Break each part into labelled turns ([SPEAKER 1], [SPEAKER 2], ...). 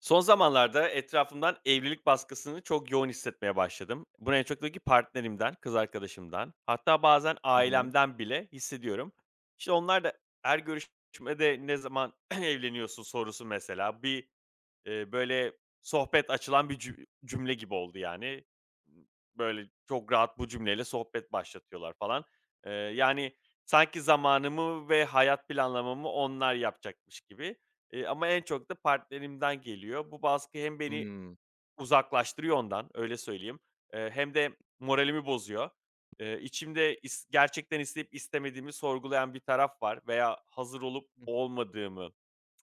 [SPEAKER 1] Son zamanlarda etrafımdan evlilik baskısını çok yoğun hissetmeye başladım. Bunu en çok da ki partnerimden, kız arkadaşımdan, hatta bazen
[SPEAKER 2] Hı hı.
[SPEAKER 1] ailemden bile hissediyorum. İşte onlar da her görüşmede ne zaman evleniyorsun sorusu mesela. Bir Böyle, sohbet açılan bir cümle gibi oldu yani. Böyle, çok rahat bu cümleyle sohbet başlatıyorlar falan. Yani, sanki zamanımı ve hayat planlamamı onlar yapacakmış gibi, ama en çok da partnerimden geliyor. Bu baskı hem beni
[SPEAKER 2] Hımm.
[SPEAKER 1] uzaklaştırıyor ondan, öyle söyleyeyim, hem de moralimi bozuyor. İçimde gerçekten isteyip istemediğimi sorgulayan bir taraf var veya hazır olup
[SPEAKER 2] Hıh.
[SPEAKER 1] olmadığımı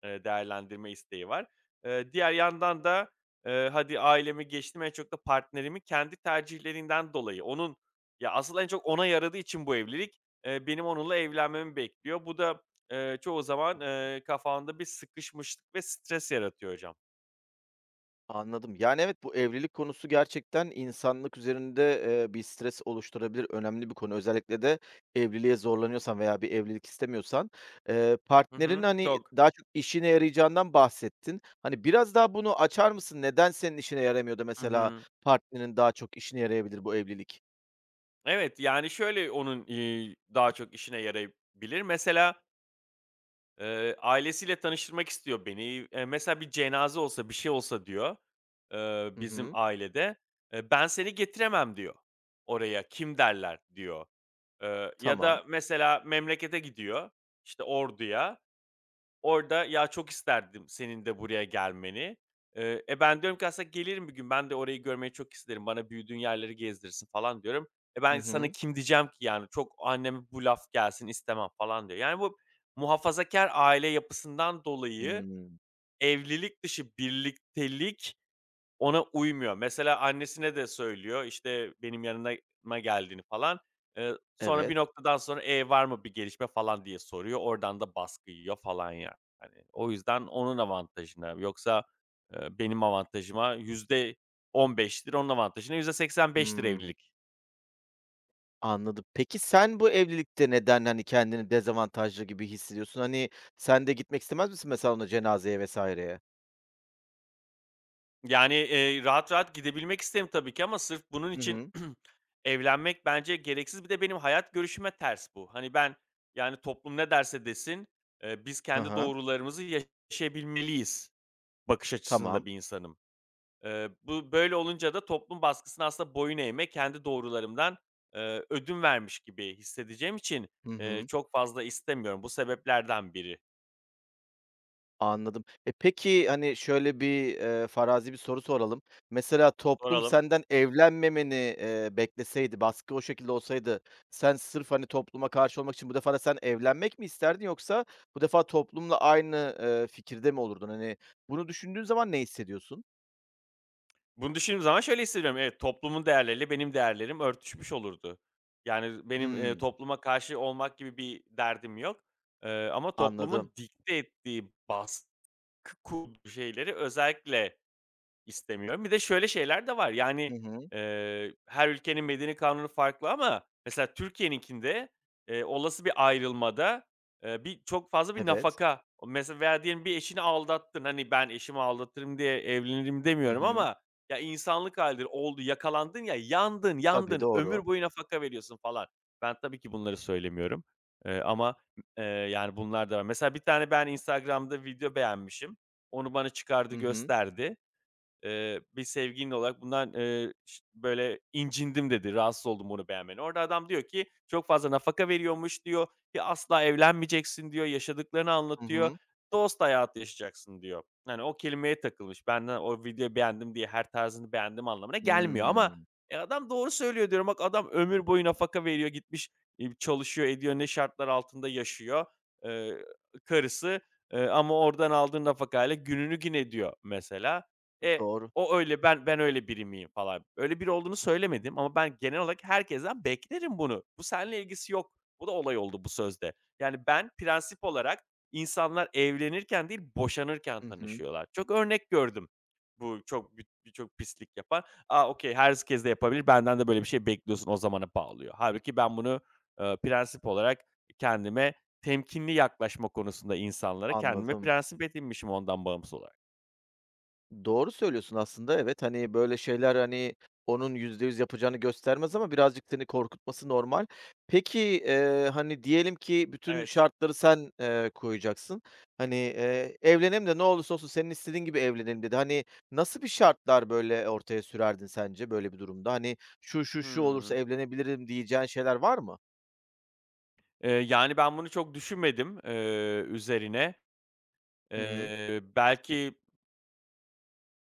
[SPEAKER 1] Değerlendirme isteği var. Diğer yandan da, hadi ailemi geçtim, en çok da partnerimi kendi tercihlerinden dolayı onun ya, asıl en çok ona yaradığı için bu evlilik, benim onunla evlenmemi bekliyor. Bu da, çoğu zaman, kafanda bir sıkışmışlık ve stres yaratıyor hocam.
[SPEAKER 2] Anladım. Yani, evet, bu evlilik konusu gerçekten insanlık üzerinde, bir stres oluşturabilir. Önemli bir konu. Özellikle de evliliğe zorlanıyorsan veya bir evlilik istemiyorsan. Eee,
[SPEAKER 1] Hı
[SPEAKER 2] partnerin,
[SPEAKER 1] hı.
[SPEAKER 2] hani,
[SPEAKER 1] Çok.
[SPEAKER 2] daha çok işine yarayacağından bahsettin. Hani, biraz daha bunu açar mısın? Neden senin işine yaramıyordu
[SPEAKER 1] Hı
[SPEAKER 2] mesela?
[SPEAKER 1] hı.
[SPEAKER 2] Partnerin daha çok işine yarayabilir bu evlilik.
[SPEAKER 1] Evet, yani, şöyle onun, daha çok işine yarayabilir. Mesela ailesiyle tanıştırmak istiyor beni. Mesela bir cenaze olsa, bir şey olsa diyor,
[SPEAKER 2] Hı
[SPEAKER 1] bizim
[SPEAKER 2] hı.
[SPEAKER 1] ailede, "Ben seni getiremem." diyor oraya, "Kim derler?" diyor. Ya
[SPEAKER 2] Tamam.
[SPEAKER 1] da mesela memlekete gidiyor, işte Ordu'ya. Orada, "Ya, çok isterdim senin de buraya gelmeni." Ben diyorum ki aslında gelirim bir gün. Ben de orayı görmeyi çok isterim. Bana büyüdüğün yerleri gezdirsin falan diyorum. E,
[SPEAKER 2] Hı
[SPEAKER 1] ben sana
[SPEAKER 2] hı.
[SPEAKER 1] kim diyeceğim ki yani? Çok anneme bu laf gelsin istemem falan diyor. Yani bu muhafazakar aile yapısından dolayı
[SPEAKER 2] Hımm.
[SPEAKER 1] evlilik dışı birliktelik ona uymuyor. Mesela annesine de söylüyor, işte, benim yanıma geldiğini falan. Sonra bir
[SPEAKER 2] Evet.
[SPEAKER 1] noktadan sonra, "E, var mı bir gelişme?" falan diye soruyor. Oradan da baskı yiyor falan yani. Hani, o yüzden onun avantajına yoksa, benim avantajıma %15'tir, onun avantajına %85'tir
[SPEAKER 2] Hımm.
[SPEAKER 1] evlilik.
[SPEAKER 2] Anladım. Peki sen bu evlilikte neden, hani, kendini dezavantajlı gibi hissediyorsun? Hani, sen de gitmek istemez misin mesela ona cenazeye vesaireye?
[SPEAKER 1] Yani, rahat rahat gidebilmek isterim tabii ki ama sırf bunun
[SPEAKER 2] Hı
[SPEAKER 1] için
[SPEAKER 2] hı.
[SPEAKER 1] evlenmek bence gereksiz. Bir de benim hayat görüşüme ters bu. Hani, ben, yani, toplum ne derse desin, biz
[SPEAKER 2] Hı
[SPEAKER 1] kendi
[SPEAKER 2] hı.
[SPEAKER 1] doğrularımızı yaşayabilmeliyiz bakış açısında
[SPEAKER 2] Tamam.
[SPEAKER 1] bir insanım. Bu böyle olunca da toplum baskısına aslında boyun eğme, kendi doğrularımdan, ödün vermiş gibi hissedeceğim için,
[SPEAKER 2] Hı hı.
[SPEAKER 1] çok fazla istemiyorum. Bu sebeplerden biri.
[SPEAKER 2] Anladım. E, peki, hani, şöyle bir, farazi bir soru soralım. Mesela toplum
[SPEAKER 1] Soralım.
[SPEAKER 2] senden evlenmemeni, bekleseydi, baskı o şekilde olsaydı sen sırf, hani, topluma karşı olmak için bu defa da sen evlenmek mi isterdin yoksa bu defa toplumla aynı, fikirde mi olurdun? Hani, bunu düşündüğün zaman ne hissediyorsun?
[SPEAKER 1] Bunu düşündüğüm zaman şöyle hissediyorum. Evet, toplumun değerleriyle benim değerlerim örtüşmüş olurdu. Yani benim,
[SPEAKER 2] Hımm,
[SPEAKER 1] topluma karşı olmak gibi bir derdim yok, ama
[SPEAKER 2] anladım.
[SPEAKER 1] toplumun dikte ettiği, baskı kurduğu şeyleri özellikle, İstemiyorum. Bir de şöyle şeyler de var,
[SPEAKER 2] Hı
[SPEAKER 1] yani,
[SPEAKER 2] hı.
[SPEAKER 1] her ülkenin medeni kanunu farklı ama mesela Türkiye'ninkinde, olası bir ayrılmada, bir çok fazla bir
[SPEAKER 2] Evet.
[SPEAKER 1] nafaka o mesela veya diyelim bir eşini aldattın, hani, ben eşimi aldatırım diye evlenirim
[SPEAKER 2] Hı
[SPEAKER 1] demiyorum
[SPEAKER 2] hı.
[SPEAKER 1] ama ya, insanlık halidir oldu, yakalandın ya, yandın,
[SPEAKER 2] Tabii,
[SPEAKER 1] yandın, ömür
[SPEAKER 2] doğru.
[SPEAKER 1] boyu nafaka veriyorsun falan. Ben tabii ki bunları söylemiyorum, ama, yani, bunlar da var. Mesela bir tane ben Instagram'da video beğenmişim. Onu bana çıkardı
[SPEAKER 2] Hı hı.
[SPEAKER 1] gösterdi. Bir sevgilin olarak bundan, ş böyle incindim dedi, rahatsız oldum bunu beğenmene. Orada adam diyor ki çok fazla nafaka veriyormuş diyor, ki asla evlenmeyeceksin diyor, yaşadıklarını
[SPEAKER 2] Hı
[SPEAKER 1] anlatıyor,
[SPEAKER 2] hı.
[SPEAKER 1] dost hayatı yaşayacaksın diyor. Hani o kelimeye takılmış. Benden o videoyu beğendim diye her tarzını beğendim anlamına gelmiyor ama,
[SPEAKER 2] Hımm.
[SPEAKER 1] adam doğru söylüyor diyorum. Bak adam ömür boyu nafaka veriyor, gitmiş, çalışıyor ediyor, ne şartlar altında yaşıyor, eee, karısı, ama oradan aldığı nafakayla gününü gün ediyor mesela. E,
[SPEAKER 2] Doğru.
[SPEAKER 1] o öyle, ben öyle biri miyim falan. Öyle biri olduğunu söylemedim ama ben genel olarak herkesten beklerim bunu. Bu seninle ilgisi yok. Bu da olay oldu bu sözde. Yani ben prensip olarak insanlar evlenirken değil, boşanırken
[SPEAKER 2] Hı hı.
[SPEAKER 1] tanışıyorlar. Çok örnek gördüm. Bu çok bir Birçok pislik yapan. A, okay, herkes de yapabilir. Benden de böyle bir şey bekliyorsun o zamana bağlıyor. Halbuki ben bunu, prensip olarak kendime temkinli yaklaşma konusunda insanlara kendime
[SPEAKER 2] Anladım.
[SPEAKER 1] prensip edinmişim ondan bağımsız olarak.
[SPEAKER 2] Doğru söylüyorsun aslında, evet. Hani, böyle şeyler, hani, onun %100 yapacağını göstermez ama birazcık seni korkutması normal. Peki, hani, diyelim ki bütün
[SPEAKER 1] Evet.
[SPEAKER 2] şartları sen, koyacaksın. Hani, "Evlenelim de ne olursa olsun senin istediğin gibi evlenelim." dedi. Hani, nasıl bir şartlar, böyle, ortaya sürerdin sence böyle bir durumda? Hani, "Şu, şu, şu olursa
[SPEAKER 1] Hıı.
[SPEAKER 2] evlenebilirim." diyeceğin şeyler var mı?
[SPEAKER 1] Yani, ben bunu çok düşünmedim, üzerine.
[SPEAKER 2] Hı hı.
[SPEAKER 1] Belki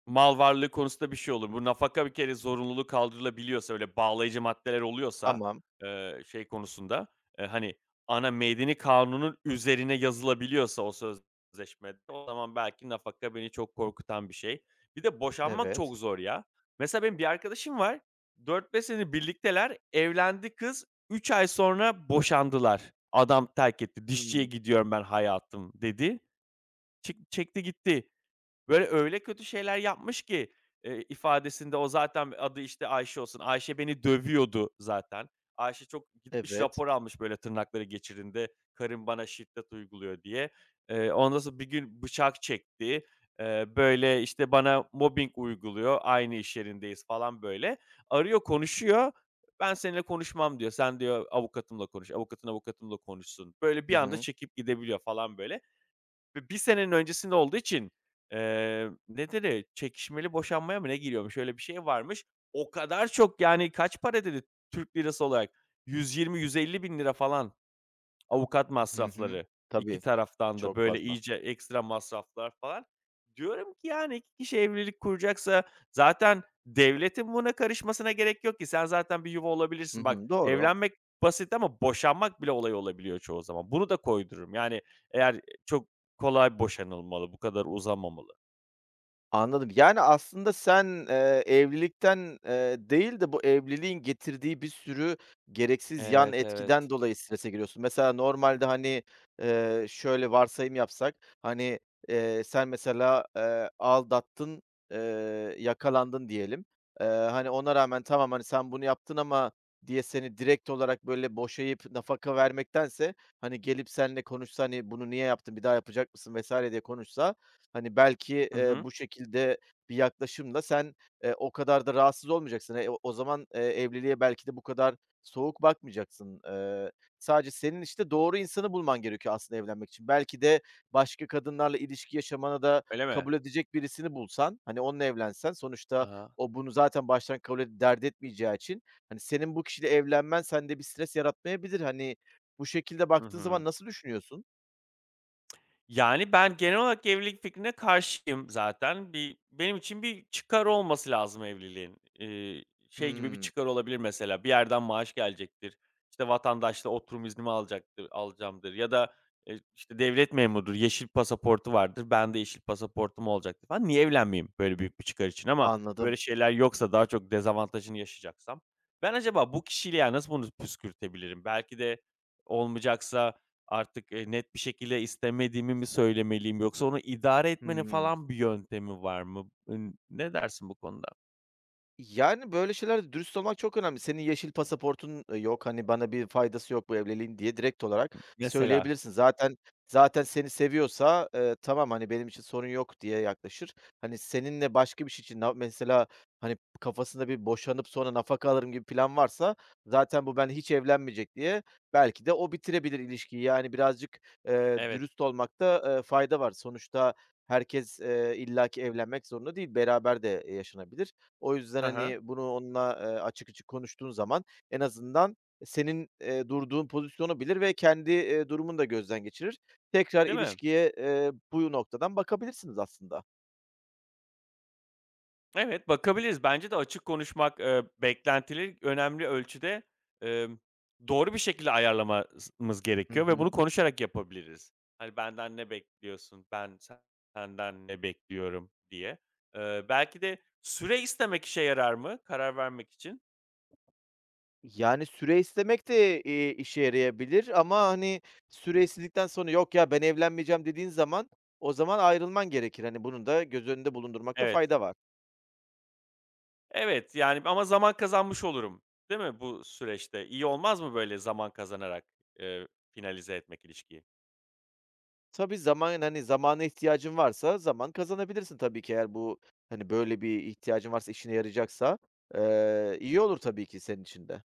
[SPEAKER 1] mal varlığı konusunda bir şey olur. Bu nafaka bir kere zorunluluğu kaldırılabiliyorsa, öyle bağlayıcı maddeler oluyorsa,
[SPEAKER 2] Tamam,
[SPEAKER 1] şey konusunda, hani, ana medeni kanunun üzerine yazılabiliyorsa o sözleşmede, o zaman belki nafaka beni çok korkutan bir şey. Bir de boşanmak
[SPEAKER 2] evet.
[SPEAKER 1] çok zor ya. Mesela benim bir arkadaşım var, 4-5 sene birlikteler, evlendi kız, 3 ay sonra boşandılar. Adam terk etti. "Dişçiye
[SPEAKER 2] Hımm,
[SPEAKER 1] gidiyorum ben hayatım." dedi. Çık çekti gitti. Böyle, öyle kötü şeyler yapmış ki, ifadesinde o zaten adı, işte, Ayşe olsun. Ayşe beni dövüyordu zaten. Ayşe çok gitmiş
[SPEAKER 2] evet.
[SPEAKER 1] rapor almış, böyle, tırnakları geçirinde, "Karım bana şiddet uyguluyor." diye. Ondan sonra bir gün bıçak çekti. Böyle, işte, bana mobbing uyguluyor, aynı iş yerindeyiz falan, böyle. Arıyor, konuşuyor. "Ben seninle konuşmam." diyor. "Sen" diyor, "avukatımla konuş, avukatın avukatımla konuşsun." Böyle bir
[SPEAKER 2] Hı
[SPEAKER 1] anda
[SPEAKER 2] hı.
[SPEAKER 1] çekip gidebiliyor falan, böyle. Ve bir senenin öncesinde olduğu için, ne dedi, çekişmeli boşanmaya mı ne giriyormuş, öyle bir şey varmış. O kadar çok yani kaç para dedi Türk lirası olarak? 120-150 bin lira falan. Avukat
[SPEAKER 2] Hı hı.
[SPEAKER 1] masrafları, 2
[SPEAKER 2] Tabii,
[SPEAKER 1] taraftan da
[SPEAKER 2] çok
[SPEAKER 1] böyle
[SPEAKER 2] fazla.
[SPEAKER 1] iyice ekstra masraflar falan. Diyorum ki, yani, 2 kişi evlilik kuracaksa zaten devletin buna karışmasına gerek yok ki. Sen zaten bir yuva
[SPEAKER 2] Hı
[SPEAKER 1] olabilirsin. Bak,
[SPEAKER 2] hı, doğru.
[SPEAKER 1] evlenmek basit ama boşanmak bile olay olabiliyor çoğu zaman. Bunu da koydururum. Yani, eğer çok kolay boşanılmalı, bu kadar uzamamalı.
[SPEAKER 2] Anladım. Yani, aslında sen, evlilikten, değil de bu evliliğin getirdiği bir sürü gereksiz yan
[SPEAKER 1] Evet, evet.
[SPEAKER 2] etkiden dolayı strese giriyorsun. Mesela normalde, hani, şöyle varsayım yapsak, hani, sen mesela, aldattın, yakalandın diyelim. Hani, ona rağmen tamam, hani, sen bunu yaptın ama diye seni direkt olarak, böyle, boşayıp nafaka vermektense, hani, gelip seninle konuşsa, hani, "Bunu niye yaptın, bir daha yapacak mısın?" vesaire diye konuşsa, Hani, belki,
[SPEAKER 1] Hı hı.
[SPEAKER 2] bu şekilde bir yaklaşımla sen, o kadar da rahatsız olmayacaksın. E, o zaman, evliliğe belki de bu kadar soğuk bakmayacaksın. Sadece senin, işte, doğru insanı bulman gerekiyor aslında evlenmek için. Belki de başka kadınlarla ilişki yaşamana da
[SPEAKER 1] Öyle mi?
[SPEAKER 2] kabul edecek birisini bulsan, hani, onunla evlensen sonuçta
[SPEAKER 1] Aha.
[SPEAKER 2] o bunu zaten baştan kabul et dert etmeyeceği için, hani, senin bu kişiyle evlenmen sende bir stres yaratmayabilir. Hani, bu şekilde
[SPEAKER 1] Hı
[SPEAKER 2] baktığın
[SPEAKER 1] hı.
[SPEAKER 2] zaman nasıl düşünüyorsun?
[SPEAKER 1] Yani, ben genel olarak evlilik fikrine karşıyım zaten. Bir benim için bir çıkar olması lazım evliliğin. Şey gibi bir
[SPEAKER 2] Hımm.
[SPEAKER 1] çıkar olabilir mesela, bir yerden maaş gelecektir, İşte vatandaşlığı, oturum iznimi alacaktır alacağımdır ya da, işte, devlet memurudur, yeşil pasaportu vardır, ben de yeşil pasaportum olacaktır falan. Niye evlenmeyeyim böyle büyük bir çıkar için ama böyle
[SPEAKER 2] Anladım.
[SPEAKER 1] şeyler yoksa, daha çok dezavantajını yaşayacaksam ben acaba bu kişiliği, ya, nasıl bunu püskürtebilirim? Belki de olmayacaksa artık, net bir şekilde istemediğimi mi söylemeliyim yoksa onu idare etmenin
[SPEAKER 2] Hı
[SPEAKER 1] falan bir yöntemi var mı? Ne dersin bu konuda?
[SPEAKER 2] Yani, böyle şeylerde dürüst olmak çok önemli. "Senin yeşil pasaportun, yok, hani, bana bir faydası yok bu evliliğin." diye direkt olarak
[SPEAKER 1] Mesela,
[SPEAKER 2] söyleyebilirsin. Zaten seni seviyorsa, "Tamam, hani, benim için sorun yok." diye yaklaşır. Hani, seninle başka bir şey için mesela, hani, kafasında bir boşanıp sonra nafaka alırım gibi plan varsa zaten bu ben hiç evlenmeyecek diye belki de o bitirebilir ilişkiyi. Yani, birazcık,
[SPEAKER 1] evet.
[SPEAKER 2] dürüst olmakta, fayda var. Sonuçta herkes, illaki evlenmek zorunda değil, beraber de, yaşanabilir. O yüzden,
[SPEAKER 1] Hı hı.
[SPEAKER 2] hani, bunu onunla, açık açık konuştuğun zaman en azından senin, durduğun pozisyonu bilir ve kendi, durumunu da gözden geçirir. Tekrar
[SPEAKER 1] Değil mi?
[SPEAKER 2] ilişkiye, bu noktadan bakabilirsiniz aslında.
[SPEAKER 1] Evet, bakabiliriz. Bence de açık konuşmak, beklentileri önemli ölçüde, emm, doğru bir şekilde ayarlamamız
[SPEAKER 2] Hı
[SPEAKER 1] gerekiyor ve bunu
[SPEAKER 2] hı.
[SPEAKER 1] konuşarak yapabiliriz. Hani, "Benden ne bekliyorsun? Ben senden ne bekliyorum?" diye. Belki de süre istemek işe yarar mı karar vermek için?
[SPEAKER 2] Yani, süre istemek de, işe yarayabilir ama, hani, süre istedikten sonra "Yok ya, ben evlenmeyeceğim." dediğin zaman o zaman ayrılman gerekir. Hani, bunu da göz önünde bulundurmakta
[SPEAKER 1] Evet.
[SPEAKER 2] fayda var.
[SPEAKER 1] Evet, yani ama zaman kazanmış olurum, değil mi bu süreçte? İyi olmaz mı böyle zaman kazanarak, finalize etmek ilişkiyi?
[SPEAKER 2] Tabii, zaman, hani, zamana ihtiyacın varsa zaman kazanabilirsin tabii ki eğer bu, hani, böyle bir ihtiyacın varsa, işine yarayacaksa. İyi olur tabii ki senin için de.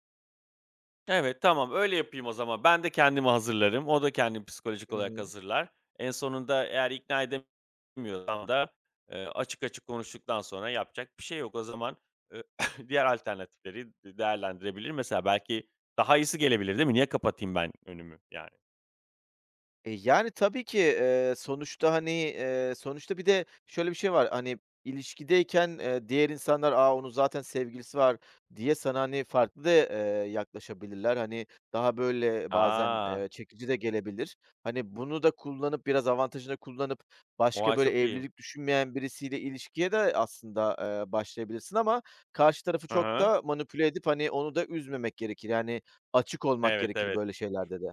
[SPEAKER 1] Evet, tamam, öyle yapayım o zaman. Ben de kendimi hazırlarım, o da kendini psikolojik
[SPEAKER 2] Hı
[SPEAKER 1] olarak
[SPEAKER 2] hı.
[SPEAKER 1] hazırlar. En sonunda eğer ikna edemiyorsam da, açık açık konuştuktan sonra yapacak bir şey yok. O zaman, eee, diğer alternatifleri değerlendirebilir. Mesela belki daha iyisi gelebilir, değil mi? Niye kapatayım ben önümü yani?
[SPEAKER 2] E, yani, tabii ki, sonuçta, hani, sonuçta bir de şöyle bir şey var, hani, ilişkideyken, diğer insanlar, onun zaten sevgilisi var." diye sana, hani, farklı da, yaklaşabilirler. Hani, daha böyle bazen,
[SPEAKER 1] A!
[SPEAKER 2] çekici de gelebilir. Hani, bunu da kullanıp, biraz avantajını kullanıp başka
[SPEAKER 1] Oha, çok
[SPEAKER 2] böyle
[SPEAKER 1] iyi.
[SPEAKER 2] evlilik düşünmeyen birisiyle ilişkiye de aslında, başlayabilirsin ama karşı tarafı
[SPEAKER 1] Hı
[SPEAKER 2] çok
[SPEAKER 1] hı.
[SPEAKER 2] da manipüle edip, hani, onu da üzmemek gerekir. Yani, açık olmak
[SPEAKER 1] Evet,
[SPEAKER 2] gerekir
[SPEAKER 1] evet.
[SPEAKER 2] böyle şeylerde de.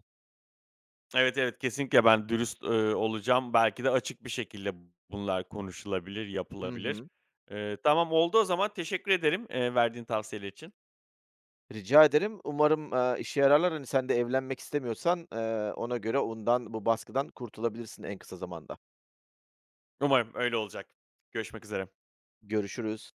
[SPEAKER 1] Evet, evet, kesinlikle ben dürüst, olacağım. Belki de açık bir şekilde bunlar konuşulabilir,
[SPEAKER 2] Hı
[SPEAKER 1] yapılabilir.
[SPEAKER 2] hı.
[SPEAKER 1] Tamam, oldu o zaman. Teşekkür ederim, verdiğin tavsiyeler için.
[SPEAKER 2] Rica ederim. Umarım, işe yararlar. Hani, sen de evlenmek istemiyorsan, ona göre ondan, bu baskıdan kurtulabilirsin en kısa zamanda.
[SPEAKER 1] Umarım öyle olacak. Görüşmek üzere.
[SPEAKER 2] Görüşürüz.